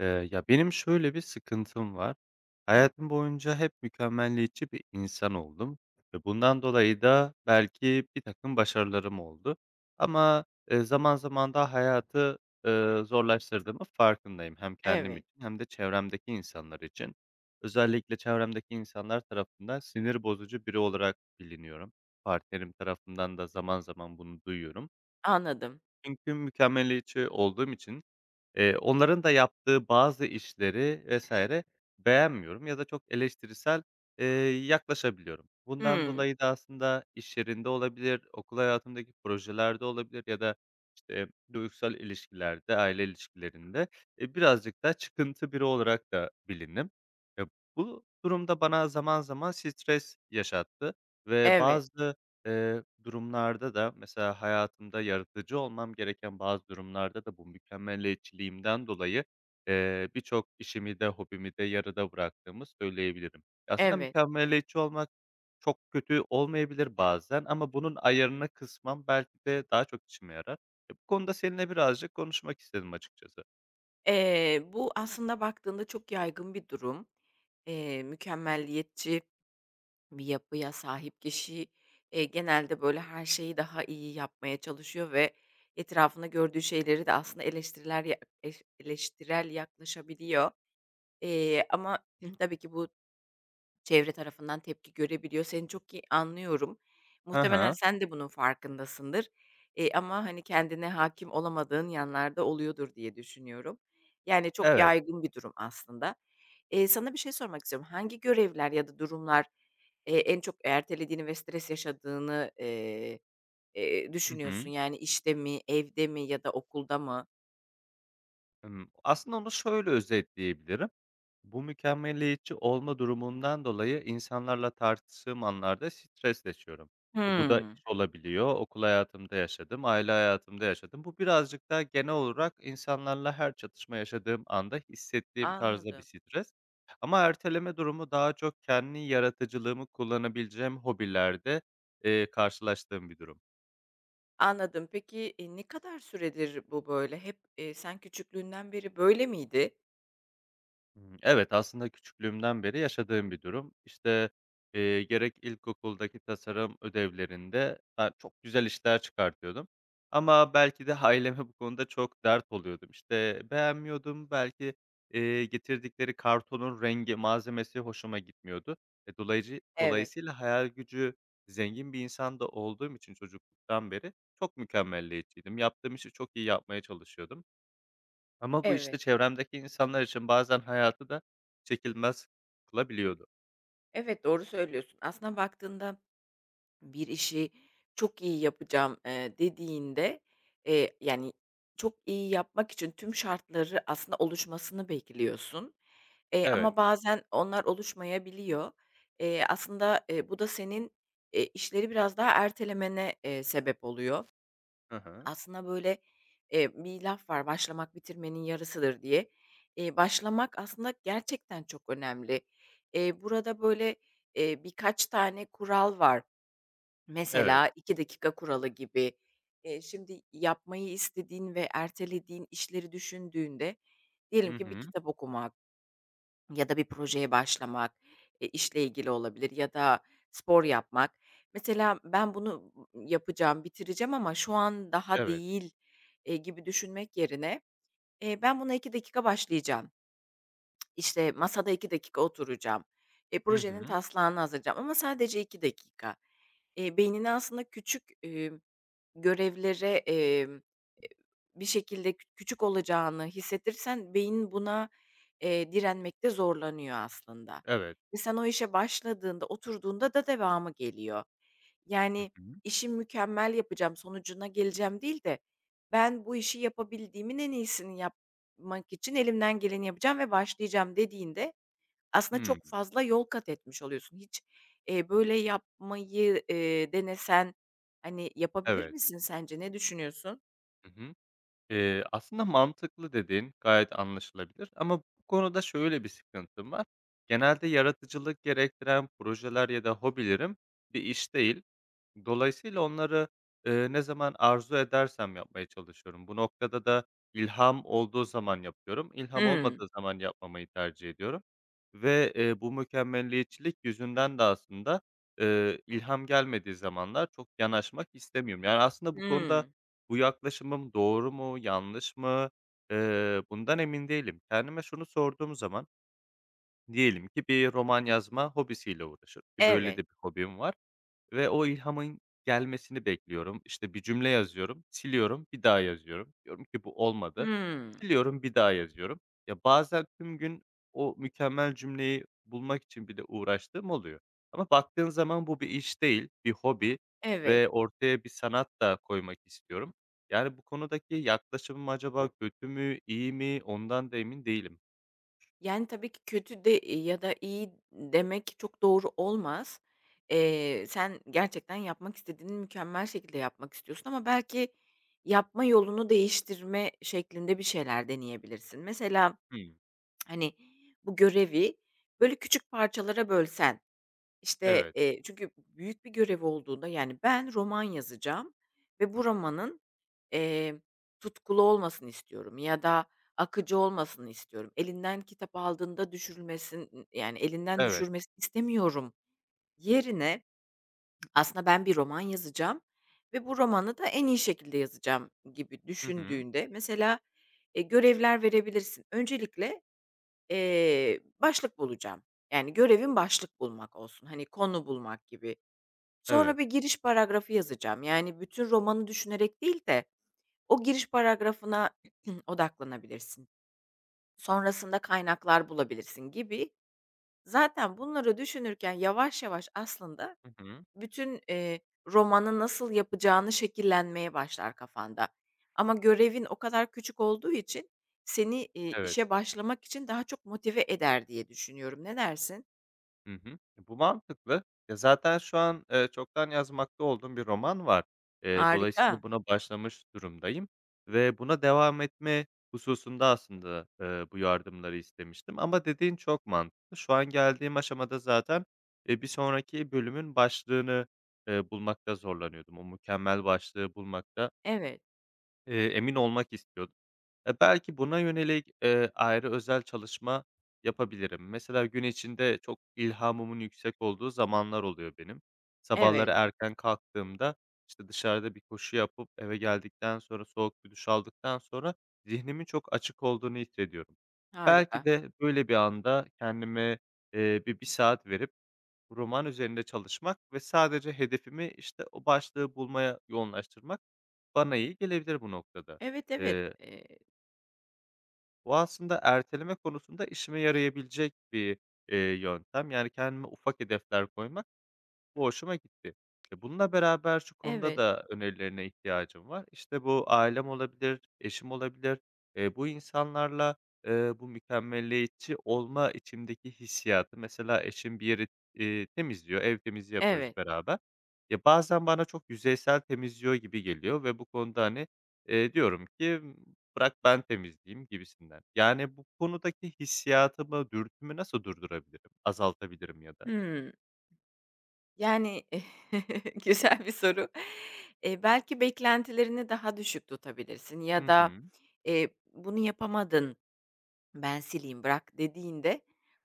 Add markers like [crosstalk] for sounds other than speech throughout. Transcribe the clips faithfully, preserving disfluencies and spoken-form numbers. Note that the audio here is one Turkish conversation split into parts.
Eee, ya, benim şöyle bir sıkıntım var. Hayatım boyunca hep mükemmeliyetçi bir insan oldum ve bundan dolayı da belki bir takım başarılarım oldu ama, eee, zaman zaman da hayatı, eee, zorlaştırdığımın farkındayım hem kendim Evet, için hem de çevremdeki insanlar için. Özellikle çevremdeki insanlar tarafından sinir bozucu biri olarak biliniyorum. Partnerim tarafından da zaman zaman bunu duyuyorum. anladım. Çünkü mükemmeliyetçi olduğum için Eee, onların da yaptığı bazı işleri vesaire beğenmiyorum ya da çok eleştirisel, eee, yaklaşabiliyorum. Bundan Hımm. dolayı da aslında iş yerinde olabilir, okul hayatımdaki projelerde olabilir ya da, işte, duygusal ilişkilerde, aile ilişkilerinde, eee, birazcık da çıkıntı biri olarak da bilinim. E, Bu durumda bana zaman zaman stres yaşattı ve Evet, bazı Eee, durumlarda da mesela hayatımda yaratıcı olmam gereken bazı durumlarda da bu mükemmeliyetçiliğimden dolayı, eee, birçok işimi de hobimi de yarıda bıraktığımı söyleyebilirim. Aslında evet. mükemmeliyetçi olmak çok kötü olmayabilir bazen ama bunun ayarını kısmam belki de daha çok işime yarar. E, bu konuda seninle birazcık konuşmak istedim açıkçası. Eee, bu aslında baktığında çok yaygın bir durum. Eee, mükemmeliyetçi bir yapıya sahip kişi, eee, genelde, böyle, her şeyi daha iyi yapmaya çalışıyor ve etrafında gördüğü şeyleri de aslında eleştiriler ya eş eleştirel yaklaşabiliyor. Eee, ama tabii ki bu çevre tarafından tepki görebiliyor. Seni çok iyi anlıyorum. Hı Muhtemelen hı. sen de bunun farkındasındır. Eee, ama, hani, kendine hakim olamadığın yanlarda oluyordur diye düşünüyorum. Yani, çok Evet. yaygın bir durum aslında. Eee, sana bir şey sormak istiyorum. Hangi görevler ya da durumlar, eee, en çok ertelediğini ve stres yaşadığını, eee, eee, Hı düşünüyorsun? hı. Yani, işte mi, evde mi ya da okulda mı? Imm, aslında onu şöyle özetleyebilirim. Bu mükemmeliyetçi olma durumundan dolayı insanlarla tartıştığım anlarda stres yaşıyorum. E, bu da Hımm. iş olabiliyor, okul hayatımda yaşadım, aile hayatımda yaşadım. Bu birazcık daha genel olarak insanlarla her çatışma yaşadığım anda hissettiğim tarzda bir Anladım. stres. Ama erteleme durumu daha çok kendi yaratıcılığımı kullanabileceğim hobilerde, eee, karşılaştığım bir durum. Anladım. Peki, eee, ne kadar süredir bu böyle? Hep, eee, sen küçüklüğünden beri böyle miydi? Hımm. Evet, aslında küçüklüğümden beri yaşadığım bir durum. İşte, eee, gerek ilkokuldaki tasarım ödevlerinde ben çok güzel işler çıkartıyordum ama belki de aileme bu konuda çok dert oluyordum. İşte, beğenmiyordum, belki, eee, getirdikleri kartonun rengi, malzemesi hoşuma gitmiyordu. E, dolayıcı Evet, dolayısıyla hayal gücü zengin bir insan da olduğum için çocukluktan beri çok mükemmeliyetçiydim. Yaptığım işi çok iyi yapmaya çalışıyordum. Ama bu, işte, evet. çevremdeki insanlar için bazen hayatı da çekilmez kılabiliyordu. Evet, doğru söylüyorsun. Aslına baktığında bir işi çok iyi yapacağım, eee, dediğinde, eee, yani, çok iyi yapmak için tüm şartları aslında oluşmasını bekliyorsun, eee, Evet. ama bazen onlar oluşmayabiliyor. Eee, aslında, eee, bu da senin, eee, işleri biraz daha ertelemene, eee, sebep oluyor. Hı hı. Aslında, böyle, eee, bir laf var, "Başlamak bitirmenin yarısıdır." diye. Eee, başlamak aslında gerçekten çok önemli. Eee, burada, böyle, eee, birkaç tane kural var. Evet. Mesela iki dakika kuralı gibi. Eee, şimdi yapmayı istediğin ve ertelediğin işleri düşündüğünde diyelim Hı ki bir hı. kitap okuma ya da bir projeye başlamak, eee, işle ilgili olabilir ya da spor yapmak. Mesela ben bunu yapacağım, bitireceğim ama şu an daha Evet. değil, eee, gibi düşünmek yerine, eee, ben buna iki dakika başlayacağım. İşte, masada iki dakika oturacağım. E, Hı Projenin hı. taslağını hazırlayacağım ama sadece iki dakika. Eee, beynine aslında küçük, görevlere, emm, eee, bir şekilde kü küçük olacağını hissettirirsen beyin buna, eee, direnmekte zorlanıyor aslında Evet. ve sen o işe başladığında, oturduğunda da devamı geliyor. Hı Yani, hı. işi mükemmel yapacağım, sonucuna geleceğim değil de ben bu işi yapabildiğimin en iyisini yapmak için elimden geleni yapacağım ve başlayacağım dediğinde aslında Hımm. çok fazla yol kat etmiş oluyorsun. Hiç, eee, böyle yapmayı, eee, denesen, hani, yapabilir Evet. misin sence? Ne düşünüyorsun? Hı hı. Eee, aslında mantıklı dediğin gayet anlaşılabilir ama bu konuda şöyle bir sıkıntım var. Genelde yaratıcılık gerektiren projeler ya da hobilerim bir iş değil. Dolayısıyla onları, eee, ne zaman arzu edersem yapmaya çalışıyorum. Bu noktada da ilham olduğu zaman yapıyorum. İlham Hmm. olmadığı zaman yapmamayı tercih ediyorum ve, eee, bu mükemmeliyetçilik yüzünden de aslında, eee, ilham gelmediği zamanlar çok yanaşmak istemiyorum. Yani, aslında bu konuda Hmm. bu yaklaşımım doğru mu, yanlış mı, eee, bundan emin değilim. Kendime şunu sorduğum zaman diyelim ki bir roman yazma hobisiyle uğraşıyorum ki böyle de Evet. bir hobim var. Ve o ilhamın gelmesini bekliyorum. İşte, bir cümle yazıyorum, siliyorum, bir daha yazıyorum. Diyorum ki bu olmadı. Hmm. Siliyorum, bir daha yazıyorum. Ya, bazen tüm gün o mükemmel cümleyi bulmak için bile uğraştığım oluyor. Ama baktığın zaman bu bir iş değil, bir hobi Evet. ve ortaya bir sanat da koymak istiyorum. Yani, bu konudaki yaklaşımım acaba kötü mü, iyi mi? Ondan da emin değilim. Yani, tabii ki kötü de ya da iyi demek çok doğru olmaz. Eee, sen gerçekten yapmak istediğini mükemmel şekilde yapmak istiyorsun ama belki yapma yolunu değiştirme şeklinde bir şeyler deneyebilirsin. Mesela, Hımm. hani, bu görevi, böyle, küçük parçalara bölsen işte, Evet, eee, çünkü büyük bir görev olduğunda, yani, ben roman yazacağım ve bu romanın, eee, tutkulu olmasını istiyorum ya da akıcı olmasını istiyorum. Elinden kitap aldığında düşürülmesin, yani, elinden evet. düşürmesini istemiyorum. Yerine aslında ben bir roman yazacağım ve bu romanı da en iyi şekilde yazacağım gibi Hı hı. düşündüğünde mesela, eee, görevler verebilirsin. Öncelikle, eee, başlık bulacağım. Yani, görevin başlık bulmak olsun. Hani, konu bulmak gibi. Sonra Evet. bir giriş paragrafı yazacağım. Yani bütün romanı düşünerek değil de o giriş paragrafına [clears throat] odaklanabilirsin. Sonrasında kaynaklar bulabilirsin gibi. Zaten bunları düşünürken yavaş yavaş aslında Hı hı. bütün, eee, romanı nasıl yapacağını şekillenmeye başlar kafanda. Ama görevin o kadar küçük olduğu için seni, iii, Evet. işe başlamak için daha çok motive eder diye düşünüyorum. Ne dersin? Hı hı. E, bu mantıklı. Ya, zaten şu an, eee, çoktan yazmakta olduğum bir roman var. Eee, Harika. Dolayısıyla buna başlamış durumdayım ve buna devam etme hususunda aslında, eee, bu yardımları istemiştim ama dediğin çok mantıklı. Şu an geldiğim aşamada zaten, eee, bir sonraki bölümün başlığını, eee, bulmakta zorlanıyordum. O mükemmel başlığı bulmakta, Evet, eee, emin olmak istiyordum. Eee, belki buna yönelik, eee, ayrı özel çalışma yapabilirim. Mesela gün içinde çok ilhamımın yüksek olduğu zamanlar oluyor benim. evet, Sabahları erken kalktığımda, işte, dışarıda bir koşu yapıp eve geldikten sonra soğuk bir duş aldıktan sonra zihnimin çok açık olduğunu hissediyorum. Belki harika. de böyle bir anda kendime, eee, bir 1 saat verip roman üzerinde çalışmak ve sadece hedefimi, işte, o başlığı bulmaya yoğunlaştırmak bana iyi gelebilir bu noktada. Evet, evet, Eee eee, Bu aslında erteleme konusunda işime yarayabilecek bir, eee, yöntem. Yani kendime ufak hedefler koymak bu hoşuma gitti. E, bununla beraber şu konuda evet. da önerilerine ihtiyacım var. İşte bu ailem olabilir, eşim olabilir. Eee, bu insanlarla, eee, bu mükemmeliyetçi olma içimdeki hissiyatı mesela eşim bir yeri, eee, temizliyor, ev temizliği Evet. yapıyoruz beraber. Ya, bazen bana çok yüzeysel temizliyor gibi geliyor ve bu konuda, hani, eee, diyorum ki, "Bırak ben temizleyeyim." gibisinden. Yani, bu konudaki hissiyatımı, dürtümü nasıl durdurabilirim, azaltabilirim ya da? Hımm. Yani, [laughs] güzel bir soru. Eee, belki beklentilerini daha düşük tutabilirsin ya Hı da, hı. eee, bunu yapamadın. "Ben sileyim, bırak." dediğinde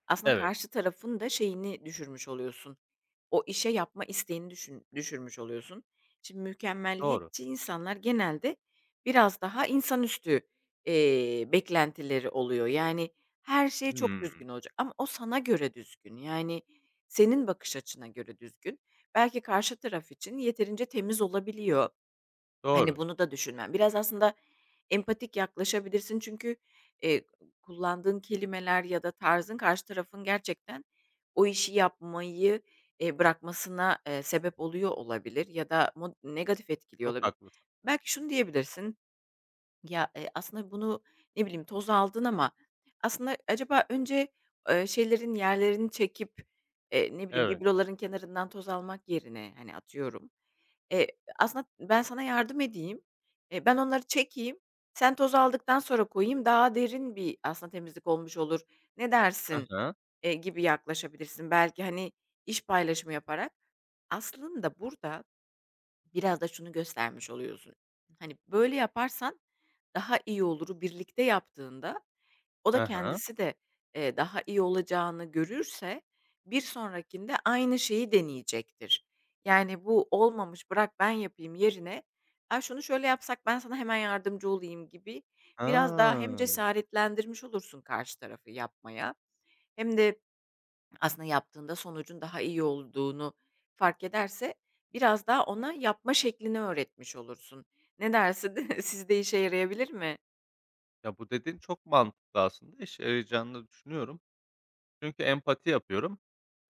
aslında Evet. karşı tarafın da şeyini düşürmüş oluyorsun. O işe yapma isteğini düşün düşürmüş oluyorsun. Şimdi Doğru. mükemmeliyetçi insanlar genelde biraz daha insanüstü, eee, beklentileri oluyor. Yani her şey çok Hımm. düzgün olacak ama o sana göre düzgün. Yani senin bakış açına göre düzgün. Belki karşı taraf için yeterince temiz olabiliyor. Hani, Doğru. bunu da düşünmen. Biraz aslında empatik yaklaşabilirsin çünkü, eee, kullandığın kelimeler ya da tarzın karşı tarafın gerçekten o işi yapmayı, eee, bırakmasına, eee, sebep oluyor olabilir ya da mo negatif etkiliyor Çok olabilir. haklısın. Belki şunu diyebilirsin: "Ya, eee, aslında bunu, ne bileyim, toz aldın ama aslında acaba önce, eee, şeylerin yerlerini çekip, eee, ne bileyim, Evet. bibloların kenarından toz almak yerine" hani, atıyorum, Eee, aslında ben sana yardım edeyim. Eee, ben onları çekeyim. Sen toz aldıktan sonra koyayım. Daha derin bir aslında temizlik olmuş olur. Ne Hı dersin, hı. eee, gibi yaklaşabilirsin. Belki, hani, iş paylaşımı yaparak. Aslında burada biraz da şunu göstermiş oluyorsun. Hani, böyle yaparsan daha iyi oluru birlikte yaptığında o da Hı hı. kendisi de, eee, daha iyi olacağını görürse bir sonrakinde aynı şeyi deneyecektir. Yani, bu olmamış, bırak ben yapayım yerine, "ay şunu şöyle yapsak ben sana hemen yardımcı olayım." gibi biraz daha hem Ha. cesaretlendirmiş olursun karşı tarafı yapmaya hem de aslında yaptığında sonucun daha iyi olduğunu fark ederse biraz daha ona yapma şeklini öğretmiş olursun. Ne dersin? [laughs] Sizde işe yarayabilir mi? Ya, bu dediğin çok mantıklı aslında. İşe yarayacağını da düşünüyorum. Çünkü empati yapıyorum.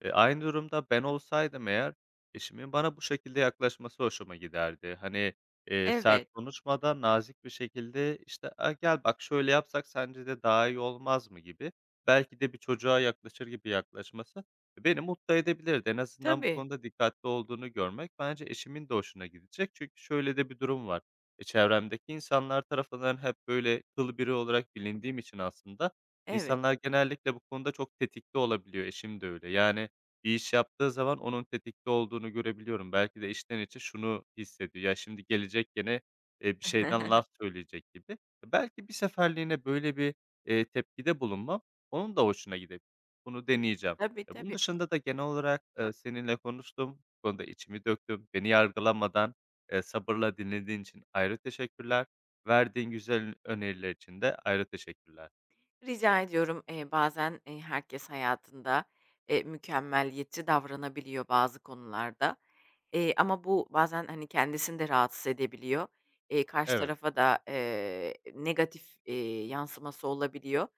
Eee, aynı durumda ben olsaydım eğer, eşimin bana bu şekilde yaklaşması hoşuma giderdi. Hani, eee, sert Evet. konuşmadan nazik bir şekilde, işte, "A, gel bak şöyle yapsak sence de daha iyi olmaz mı?" gibi, belki de bir çocuğa yaklaşır gibi yaklaşması beni mutlu edebilirdi. En azından bu Tabii. konuda dikkatli olduğunu görmek bence eşimin de hoşuna gidecek. Çünkü şöyle de bir durum var. E, çevremdeki insanlar tarafından hep böyle kıl biri olarak bilindiğim için aslında Evet. insanlar genellikle bu konuda çok tetikte olabiliyor. Eşim de öyle. Yani, bir iş yaptığı zaman onun tetikte olduğunu görebiliyorum. Belki de içten içe şunu hissediyor, "Ya, şimdi gelecek gene, eee, bir şeyden [laughs] laf söyleyecek." gibi. E, Belki bir seferliğine böyle bir, eee, tepkide bulunmam onun da hoşuna gidebilir. Bunu deneyeceğim. Tabii, E, bunun tabii. dışında da genel olarak, eee, seninle konuştum, bu konuda içimi döktüm. Beni yargılamadan, eee, sabırla dinlediğin için ayrı teşekkürler. Verdiğin güzel öneriler için de ayrı teşekkürler. Rica ediyorum, eee, bazen, eee, herkes hayatında, eee, mükemmeliyetçi davranabiliyor bazı konularda, eee, ama bu bazen, hani, kendisini de rahatsız edebiliyor. Eee, karşı Evet, tarafa da, eee, negatif, eee, yansıması olabiliyor.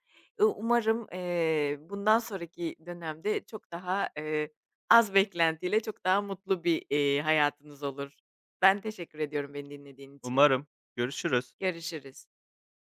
Iıı, umarım, eee, bundan sonraki dönemde çok daha, eee, az beklentiyle çok daha mutlu bir, eee, hayatınız olur. Ben teşekkür ediyorum beni dinlediğin için. umarım görüşürüz. Görüşürüz.